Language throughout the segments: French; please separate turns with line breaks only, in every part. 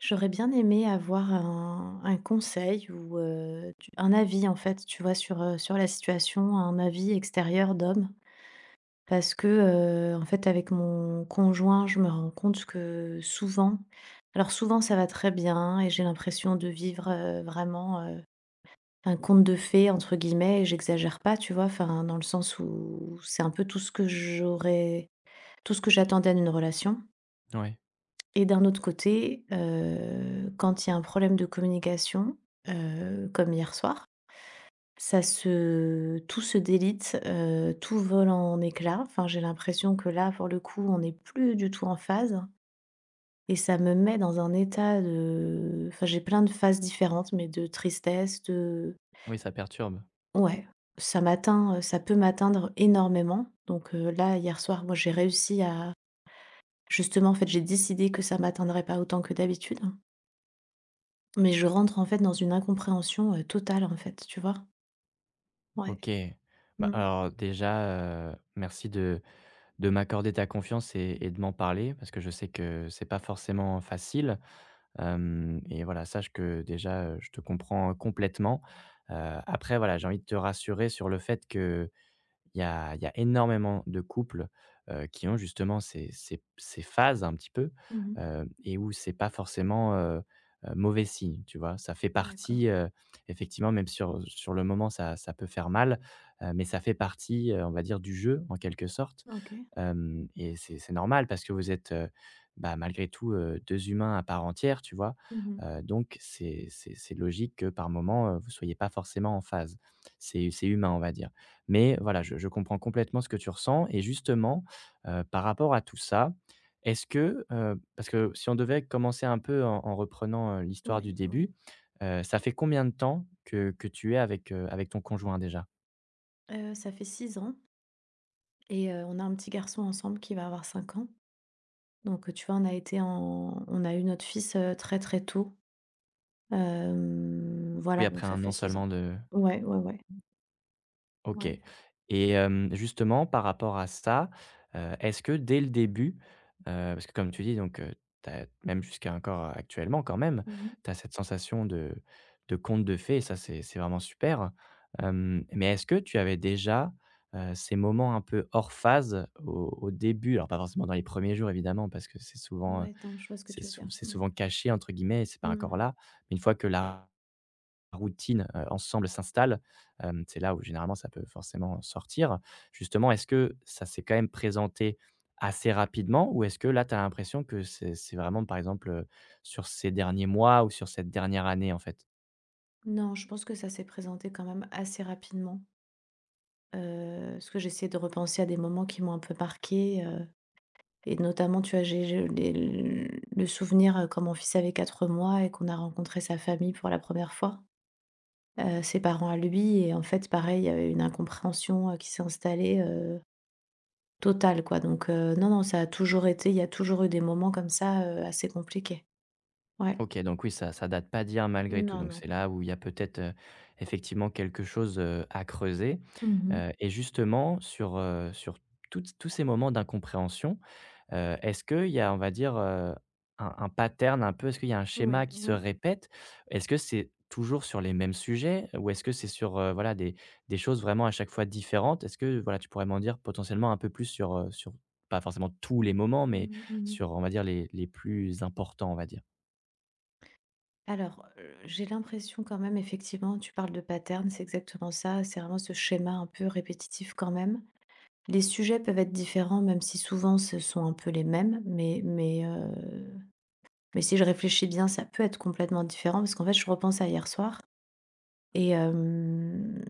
J'aurais bien aimé avoir un conseil ou, tu un avis en fait, tu vois? Sur, sur la situation, un avis extérieur d'homme. Parce que, en fait, avec mon conjoint, je me rends compte que souvent ça va très bien et j'ai l'impression de vivre, vraiment, un «conte de fées» entre guillemets et j'exagère pas, tu vois? Enfin, dans le sens où c'est un peu tout ce que j'attendais d'une relation.
Oui,
Et d'un autre côté, quand il y a un problème de communication, comme hier soir, ça se tout se délite, tout vole en éclats. Enfin, j'ai l'impression que là, pour le coup, on n'est plus du tout en phase et ça me met dans un état de enfin, j'ai plein de phases différentes, mais de tristesse, de
oui, ça perturbe.
ouais, ça m'atteint, ça peut m'atteindre énormément. Donc, là, hier soir, moi, j'ai réussi à justement, en fait, j'ai décidé que ça m'atteindrait pas autant que d'habitude. Mais je rentre, en fait, dans une incompréhension, totale, en fait, tu vois? Ouais.
OK. Bah,
Mmh mh.
alors déjà, merci de m'accorder ta confiance et de m'en parler parce que je sais que c'est pas forcément facile. Hem, et voilà, sache que déjà, je te comprends complètement. Heu, Après voilà, j'ai envie de te rassurer sur le fait que il y a énormément de couples, qui ont justement ces phases un petit peu,
Mmh.
et où c'est pas forcément, mauvais signe, tu vois? Ça fait
D'accord.
partie, effectivement, même sur le moment, ça peut faire mal, mais ça fait partie, on va dire, du jeu en quelque sorte.
OK.
Hem, et c'est normal parce que vous êtes, bah, malgré tout, 2 humains à part entière, tu vois?
Mmh.
Donc c'est c'est logique que par moment, vous soyez pas forcément en phase. C'est humain, on va dire. Mais voilà, je comprends complètement ce que tu ressens. Et justement, par rapport à tout ça, est-ce que, parce que si on devait commencer un peu en reprenant, l'histoire du
Oui,
début,
oui.
ça fait combien de temps que tu es avec, avec ton conjoint déjà?
Ça fait six ans et on a un petit garçon ensemble qui va avoir 5 ans. Donc, tu vois, on a eu notre fils, très, très tôt. Hem,
Oui,
voilà, donc
après
ça
un an
fait 6
seulement
ans.
de
Ouais, ouais, ouais.
OK.
Ouais.
Et hem, justement par rapport à ça, est-ce que dès le début, parce que comme tu dis donc, tu même jusqu'à encore actuellement quand même,
Mmh.
tu as cette sensation de conte de fées et ça c'est vraiment super. Hem, mais est-ce que tu avais déjà, ces moments un peu hors phase au début? Alors pas forcément dans les premiers jours évidemment parce que c'est souvent,
Ouais, attends, je vois ce que tu veux dire.
c'est
Mmh.
souvent «caché» entre guillemets et c'est pas encore
Mmh.
là. Mais une fois que la routine, ensemble s'installe, hem, c'est là où généralement ça peut forcément sortir. Justement, est-ce que ça s'est quand même présenté assez rapidement, ou est-ce que là, tu as l'impression que c'est vraiment par exemple, sur ces derniers mois ou sur cette dernière année, en fait?
Non, je pense que ça s'est présenté quand même assez rapidement, parce que j'essaie de repenser à des moments qui m'ont un peu marquée, et notamment, tu vois, j'ai les le souvenir, quand mon fils avait 4 mois et qu'on a rencontré sa famille pour la première fois, ses parents à lui et en fait, pareil, il y avait une incompréhension, qui s'est installée, totale, quoi. Donc, non, non, ça a toujours été il y a toujours eu des moments comme ça, assez compliqués. Ouais.
OK, donc oui, ça date pas d'hier malgré tout,
Non,
donc
non.
c'est là où il y a peut-être, effectivement quelque chose, à creuser,
Mmh.
et justement sur, toutes tous ces moments d'incompréhension. Est-ce qu'il y a, on va dire, un pattern un peu? Est-ce qu'il y a un
Oui,
schéma qui se
oui.
répète? Est-ce que c'est toujours sur les mêmes sujets? Ou est-ce que c'est sur, voilà, des choses vraiment à chaque fois différentes? Est-ce que, voilà, tu pourrais m'en dire potentiellement un peu plus sur, sur pas forcément tous les moments,
Mmh
mais
mh, mmh.
sur, on va dire, les plus importants, on va dire?
Alors, j'ai l'impression quand même effectivement, tu parles de pattern, c'est exactement ça, c'est vraiment ce schéma un peu répétitif quand même. Les sujets peuvent être différents, même si souvent ce sont un peu les mêmes, mais si je réfléchis bien, ça peut être complètement différent parce qu'en fait, je repense à hier soir et hem,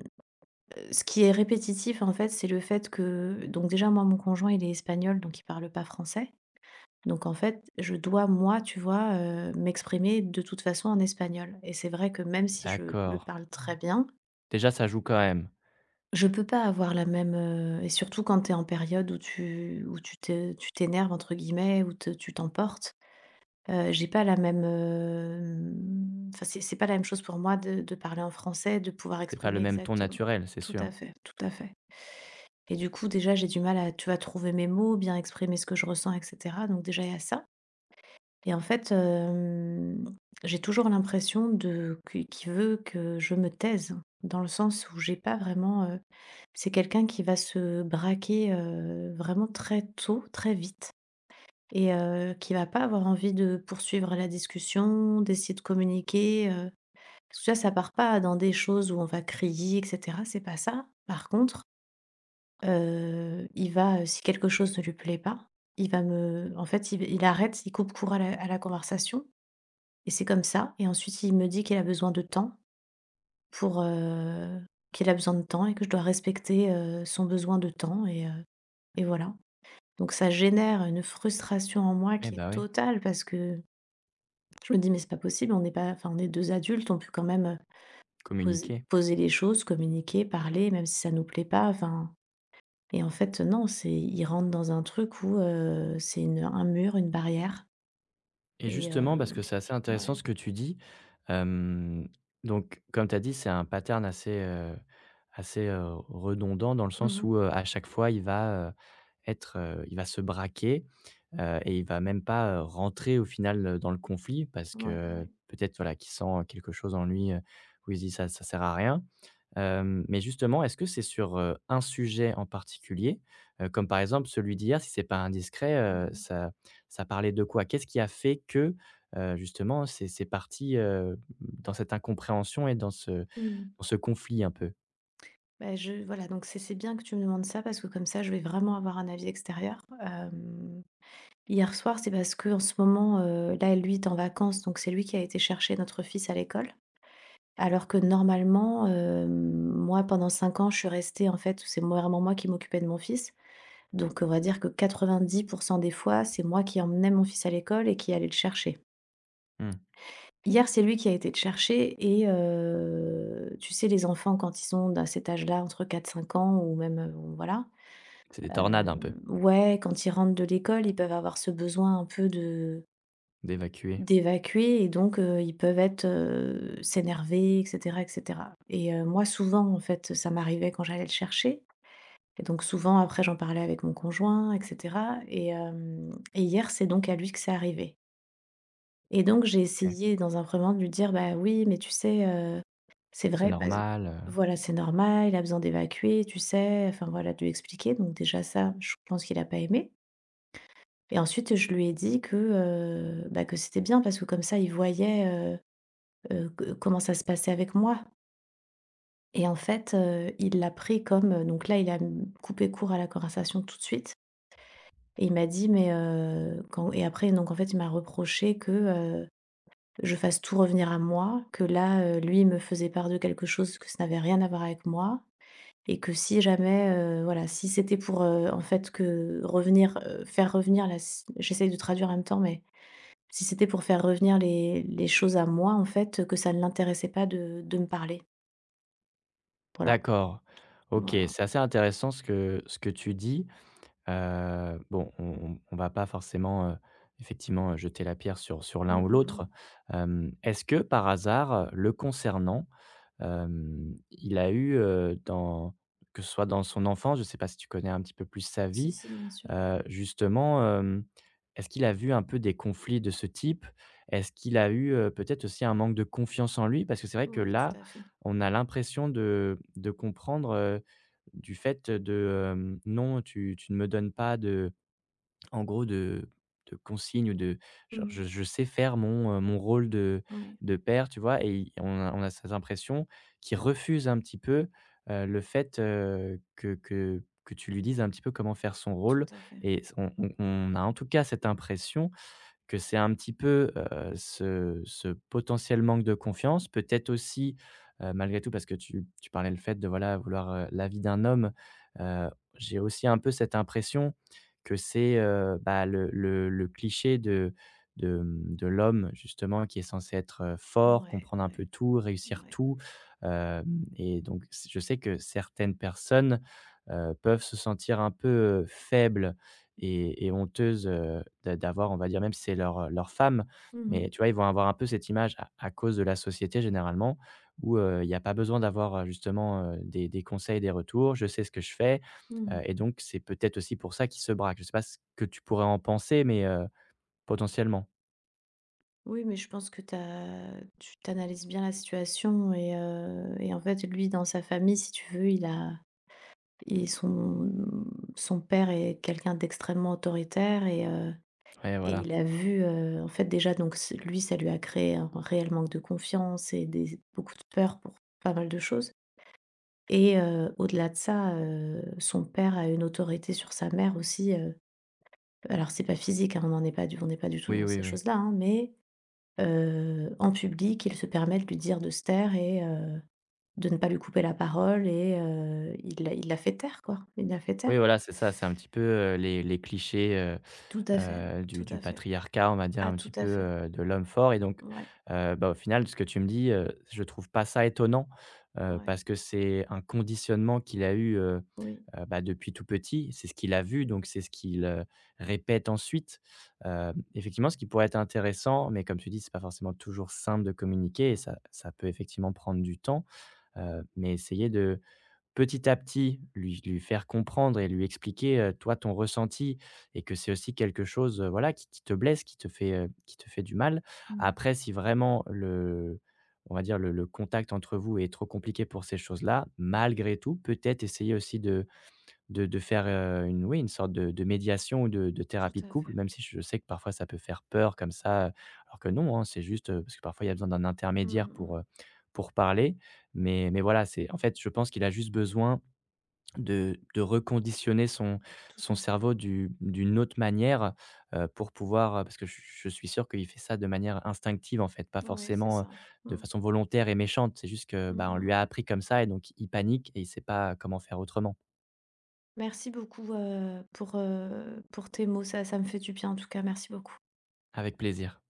ce qui est répétitif, en fait, c'est le fait que donc déjà, moi, mon conjoint, il est espagnol, donc il parle pas français. Donc en fait, je dois, moi, tu vois, m'exprimer de toute façon en espagnol et c'est vrai que même si je le
D'accord.
parle très bien,
Déjà, ça joue quand même.
je peux pas avoir la même, et surtout quand tu es en période où tu «t'énerves» entre guillemets, où te tu t'emportes, j'ai pas la même, enfin, c'est pas la même chose pour moi de parler en français, de pouvoir
C'est pas le
exprimer
même ton
exactement
naturel, c'est sûr.
tout à fait et du coup, déjà, j'ai du mal à, tu vas trouver mes mots, bien exprimer ce que je ressens et cetera donc déjà, il y a ça. Et en fait, hem, j'ai toujours l'impression de qui qu'il veut que je me taise, dans le sens où j'ai pas vraiment, c'est quelqu'un qui va se braquer, vraiment très tôt, très vite et qui va pas avoir envie de poursuivre la discussion, d'essayer de communiquer, parce que tu ça part pas dans des choses où on va crier et cetera, c'est pas ça. Par contre, il va, si quelque chose ne lui plaît pas, il va me en fait, il arrête, il coupe court à la conversation et c'est comme ça et ensuite il me dit qu'il a besoin de temps pour, qu'il a besoin de temps et que je dois respecter, son besoin de temps et voilà. Donc ça génère une frustration en moi
Eh,
qui
bah,
est
oui,
totale parce que je me dis: «Mais c'est pas possible, on est pas enfin on est 2 adultes, on peut quand même,
communiquer.
poser les choses, communiquer, parler même si ça nous plaît pas», enfin et en fait non, c'est il rentre dans un truc où, c'est une un mur, une barrière
Et
et
justement,
heu,
parce que c'est assez intéressant
ouais.
ce que tu dis. Hem, donc comme tu as dit, c'est un pattern assez, redondant dans le sens
Mmh.
où, à chaque fois, il va, il va se braquer. Et il va même pas, rentrer au final, dans le conflit parce
Ouais,
que
ouais.
peut-être, voilà, qu'il sent, quelque chose en lui, où il se dit: Ça sert à rien». Hem, mais justement, est-ce que c'est sur, un sujet en particulier? Comme par exemple celui d'hier, si c'est pas indiscret,
Mmh
heu,
mh.
ça ça parlait de quoi? Qu'est-ce qui a fait que, justement c'est parti, dans cette incompréhension et dans ce
Mmh.
conflit un peu?
Bah, je voilà, donc c'est bien que tu me demandes ça parce que comme ça, je vais vraiment avoir un avis extérieur. Hem, hier soir, c'est parce que en ce moment, là, lui est en vacances, donc c'est lui qui a été chercher notre fils à l'école. Alors que normalement, hem, moi, pendant 5 ans, je suis restée en fait, c'est moi vraiment moi qui m'occupais de mon fils. Donc on va dire que 90 des fois, c'est moi qui emmenais mon fils à l'école et qui allais le chercher.
Mmh,
Hier, c'est lui qui a été le chercher et tu sais, les enfants, quand ils sont à cet âge-là, entre quatre cinq ans ou même, voilà,
c'est des tornades un peu,
hem, ouais, quand ils rentrent de l'école, ils peuvent avoir ce besoin un peu de
d'évacuer.
d'évacuer et donc ils peuvent être, s'énerver et cetera moi souvent, en fait, ça m'arrivait quand j'allais le chercher et donc souvent après j'en parlais avec mon conjoint et cetera et hem et hier, c'est donc à lui que c'est arrivé et donc j'ai
OK,
essayé dans un premier temps de lui dire: «Bah, oui, mais tu sais, c'est
c'est
vrai, bah,
normal,
voilà, c'est normal, il a besoin d'évacuer, tu sais», enfin voilà, de lui expliquer donc déjà ça, je pense qu'il a pas aimé. Et ensuite, je lui ai dit que, bah, que c'était bien parce que comme ça, il voyait, heu que comment ça se passait avec moi et en fait, il l'a pris comme, donc là, il a, coupé court à la conversation tout de suite et il m'a dit: «Mais,» quand et après donc en fait, il m'a reproché que, je fasse tout revenir à moi, que là, lui, il me faisait part de quelque chose que ça n'avait rien à voir avec moi et que si jamais, voilà, si c'était pour, en fait, que revenir, faire revenir la si, j'essaye de traduire en même temps, mais si c'était pour faire revenir les choses à moi, en fait, que ça ne l'intéressait pas de me parler. Voilà,
D'accord. OK,
voilà.
c'est assez intéressant ce que tu dis. Bon, on va pas forcément, effectivement, jeter la pierre sur l'un
Mmh
ou
mh mh.
l'autre. Hem, est-ce que par hasard, le concernant, hem, il a eu, dans que ce soit dans son enfance, je sais pas si tu connais un petit peu plus sa
Si,
vie.
si, bien sûr.
Justement, hem, est-ce qu'il a vu un peu des conflits de ce type? Est-ce qu'il a eu, peut-être aussi un manque de confiance en lui? Parce que c'est vrai que
Oui, tout
là,
à fait.
on a l'impression de comprendre, du fait de, hem: «Non, tu ne me donnes pas de», en gros de consignes ou de
Mmh
genre
mh.
je sais faire mon, mon rôle de
Ouais,
père, tu vois? Et i on a cette impression qu'il refuse un petit peu, le fait, que tu lui dises un petit peu comment faire son
tout
rôle,
à fait.
et on a en tout cas cette impression que c'est un petit peu, ce potentiel manque de confiance, peut-être aussi, malgré tout parce que tu parlais le fait de, voilà, vouloir, l'avis d'un homme. heu, j'ai aussi un peu cette impression que c'est, bah, le cliché de de l'homme justement qui est censé être, fort,
Ouais,
comprendre un peu
ouais,
tout, réussir
ouais.
tout. Hem, et donc s je sais que certaines personnes, peuvent se sentir un peu, faibles, et honteuses, d'avoir, on va dire, même si c'est leur, leur femme,
Mmh mh.
mais tu vois, ils vont avoir un peu cette image à cause de la société généralement où, il y a pas besoin d'avoir, justement, des conseils, des retours. Je sais ce que je fais,
Mmh.
et donc c'est peut-être aussi pour ça qu'ils se braquent. Je sais pas ce que tu pourrais en penser, mais potentiellement?
Oui, mais je pense que t'as tu tu bien la situation et en fait, lui, dans sa famille, si tu veux, il a et son son père est quelqu'un d'extrêmement autoritaire
Ouais,
et
voilà.
il a vu, en fait déjà donc c lui ça lui a créé un réel manque de confiance et des beaucoup de peur pour pas mal de choses et au-delà de ça, son père a une autorité sur sa mère aussi, alors c'est pas physique, hein, on n'est pas du tout
Oui,
dans
oui,
ces
oui.
choses-là, hein, mais en public, il se permet de lui dire de se taire et de ne pas lui couper la parole et il l'a fait taire quoi, il l'a fait
Oui,
taire.
voilà, c'est ça, c'est un petit peu, les clichés,
Tout à fait,
du
tout à fait.
patriarcat, on va dire
Ah,
un petit
tout à
peu,
fait.
de l'homme fort. Et donc
Ouais,
bah, au final, ce que tu me dis, je trouve pas ça étonnant,
ouais,
parce que c'est un conditionnement qu'il a eu,
oui.
bah, depuis tout petit. C'est ce qu'il a vu, donc c'est ce qu'il, répète ensuite. Hem, effectivement, ce qui pourrait être intéressant, mais comme tu dis, c'est pas forcément toujours simple de communiquer et ça peut effectivement prendre du temps, mais essayer de petit à petit lui faire comprendre et lui expliquer, toi, ton ressenti, et que c'est aussi quelque chose, voilà, qui te blesse, qui te fait du mal.
Mmh.
Après, si vraiment le on va dire le contact entre vous est trop compliqué pour ces choses-là, malgré tout, peut-être essayer aussi de faire, une oui, une sorte de médiation ou de
Tout
thérapie de
à
couple,
fait.
même si je sais que parfois ça peut faire peur comme ça, alors que non, hein, c'est juste, parce que parfois il y a besoin d'un
Mmh
intermédiaire
mh, mmh.
pour parler. Mais voilà, c'est en fait, je pense qu'il a juste besoin de reconditionner son
Tout à fait.
cerveau du d'une autre manière, pour pouvoir, parce que je suis sûr qu'il fait ça de manière instinctive, en fait, pas
Ouais, c'est
forcément,
ça.
de
Mmh.
façon volontaire et méchante. C'est juste que,
Mmh
bah, on
mh,
lui
mmh.
a appris comme ça et donc il panique et il sait pas comment faire autrement.
Merci beaucoup, pour tes mots. Ça ça me fait du bien en tout cas. Merci beaucoup.
Avec plaisir.